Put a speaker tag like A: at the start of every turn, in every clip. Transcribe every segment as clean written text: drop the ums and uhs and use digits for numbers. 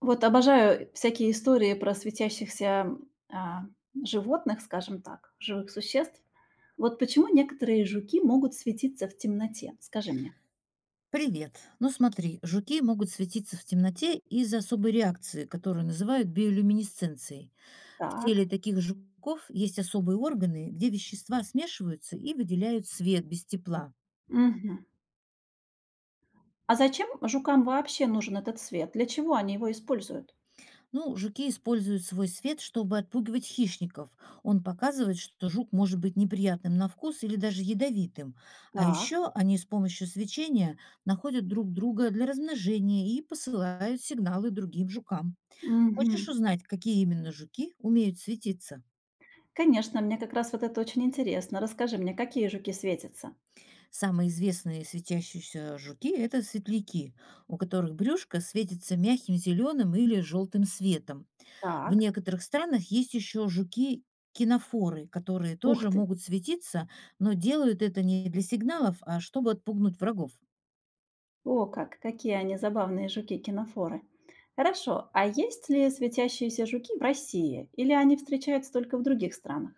A: Вот обожаю всякие истории про светящихся, а, животных, скажем так, живых существ. Вот почему некоторые жуки могут светиться в темноте? Скажи мне.
B: Привет. Ну смотри, жуки могут светиться в темноте из-за особой реакции, которую называют биолюминесценцией. В
A: Так.
B: теле таких жуков есть особые органы, где вещества смешиваются и выделяют свет без тепла.
A: Мгм. А зачем жукам вообще нужен этот свет? Для чего они его используют?
B: Ну, жуки используют свой свет, чтобы отпугивать хищников. Он показывает, что жук может быть неприятным на вкус или даже ядовитым. А
A: Так.
B: еще они с помощью свечения находят друг друга для размножения и посылают сигналы другим жукам.
A: Мгм.
B: Хочешь узнать, какие именно жуки умеют светиться?
A: Конечно, мне как раз вот это очень интересно. Расскажи мне, какие жуки светятся?
B: Самые известные светящиеся жуки– это светляки, у которых брюшко светится мягким зеленым или желтым светом. В
A: Так.
B: некоторых странах есть еще жуки кинофоры, которые
A: Ух
B: тоже
A: ты.
B: могут светиться, но делают это не для сигналов, а чтобы отпугнуть врагов.
A: О, как! Какие они забавные жуки-кинофоры. Хорошо, а есть ли светящиеся жуки в России или они встречаются только в других странах?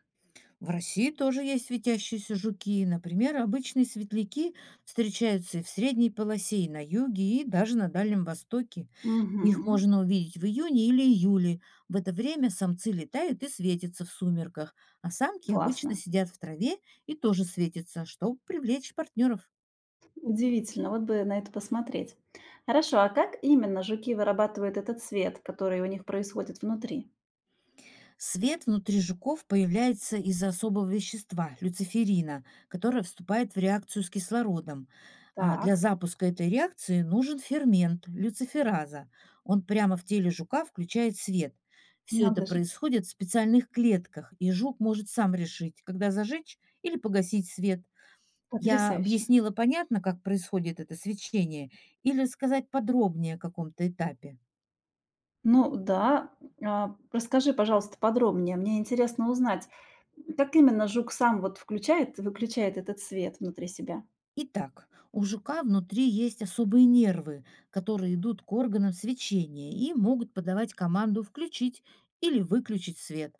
B: В России тоже есть светящиеся жуки. Например, обычные светляки встречаются и в средней полосе, и на юге, и даже на Дальнем Востоке. Их
A: Мгм.
B: можно увидеть в июне или июле. В это время самцы летают и светятся в сумерках, а самки обычно
A: Классно.
B: сидят в траве и тоже светятся, чтобы привлечь партнеров.
A: Удивительно, вот бы на это посмотреть. Хорошо, а как именно жуки вырабатывают этот свет, который у них происходит внутри?
B: Свет внутри жуков появляется из-за особого вещества– люциферина, которое вступает в реакцию с кислородом. А для
A: Так,
B: запуска этой реакции нужен фермент– люцифераза. Он прямо в теле жука включает свет. Все это
A: надо же,
B: происходит в специальных клетках, и жук может сам решить, когда зажечь или погасить свет. Я
A: потрясающе.
B: объяснила понятно, как происходит это свечение, или сказать подробнее о каком-то этапе?
A: Ну да, расскажи, пожалуйста, подробнее. Мне интересно узнать, как именно жук сам вот включает и выключает этот свет внутри себя.
B: Итак, у жука внутри есть особые нервы, которые идут к органам свечения и могут подавать команду «включить» или «выключить свет».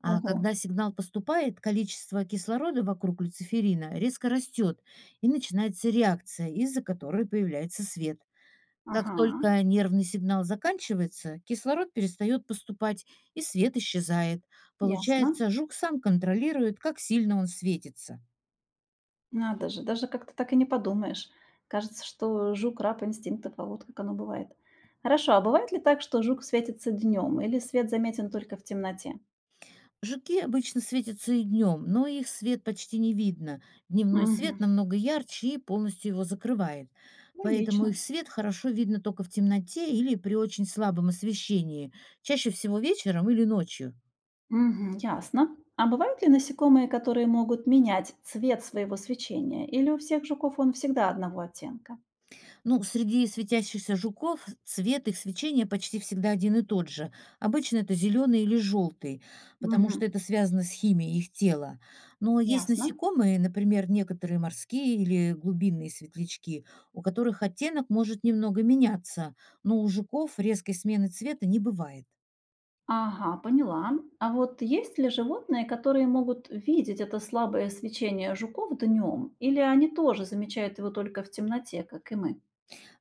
B: А
A: Ого.
B: когда сигнал поступает, количество кислорода вокруг люциферина резко растет, и начинается реакция, из-за которой появляется свет. Как
A: Ага,
B: только нервный сигнал заканчивается, кислород перестает поступать, и свет исчезает.
A: ясно.
B: Получается, жук сам контролирует, как сильно он светится.
A: Надо же, даже как-то так и не подумаешь. Кажется, что жук раб инстинктов, а вот как оно бывает. Хорошо, а бывает ли так, что жук светится днем или свет заметен только в темноте?
B: Жуки обычно светятся и днем, но их свет почти не видно. Дневной
A: Угу,
B: свет намного ярче и полностью его закрывает. Поэтому
A: логично.
B: их свет хорошо видно только в темноте или при очень слабом освещении, чаще всего вечером или ночью.
A: Угу, ясно. А бывают ли насекомые, которые могут менять цвет своего свечения? Или у всех жуков он всегда одного оттенка?
B: Ну, среди светящихся жуков цвет их свечения почти всегда один и тот же. Обычно это зеленый или желтый, потому что
A: Угу,
B: это связано с химией их тела. Но есть
A: ясно.
B: насекомые, например, некоторые морские или глубинные светлячки, у которых оттенок может немного меняться, но у жуков резкой смены цвета не бывает.
A: Ага, поняла. А вот есть ли животные, которые могут видеть это слабое свечение жуков днем, или они тоже замечают его только в темноте, как и мы?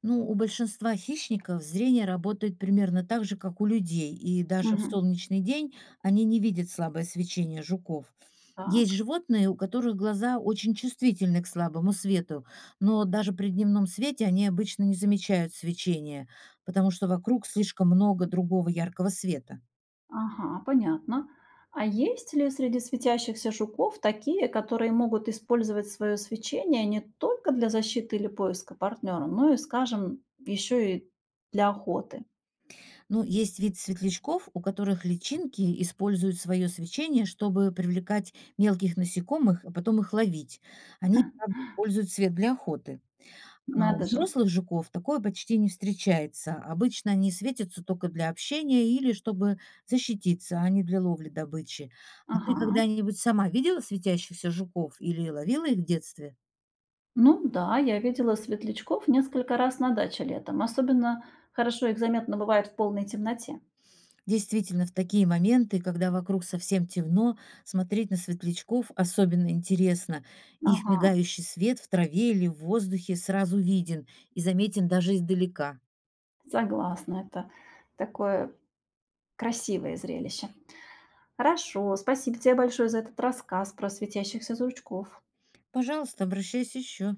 B: Ну, у большинства хищников зрение работает примерно так же, как у людей, и даже в
A: Мгм.
B: солнечный день они не видят слабое свечение жуков. Есть
A: Так,
B: животные, у которых глаза очень чувствительны к слабому свету, но даже при дневном свете они обычно не замечают свечения, потому что вокруг слишком много другого яркого света.
A: ага, понятно. А есть ли среди светящихся жуков такие, которые могут использовать свое свечение не только для защиты или поиска партнера, но и, скажем, еще и для охоты?
B: Ну, есть вид светлячков, у которых личинки используют свое свечение, чтобы привлекать мелких насекомых, а потом их ловить. Они правда, используют свет для охоты. А у
A: Надо же.
B: взрослых жуков такое почти не встречается. Обычно они светятся только для общения или чтобы защититься, а не для ловли добычи. А ты
A: Ага.
B: когда-нибудь сама видела светящихся жуков или ловила их в детстве?
A: Ну да, я видела светлячков несколько раз на даче летом. Особенно хорошо их заметно бывает в полной темноте.
B: Действительно, в такие моменты, когда вокруг совсем темно, смотреть на светлячков особенно интересно. Их
A: Ага,
B: мигающий свет в траве или в воздухе сразу виден и заметен даже издалека.
A: согласна, это такое красивое зрелище. Хорошо, спасибо тебе большое за этот рассказ про светящихся жучков.
B: Пожалуйста, обращайся еще.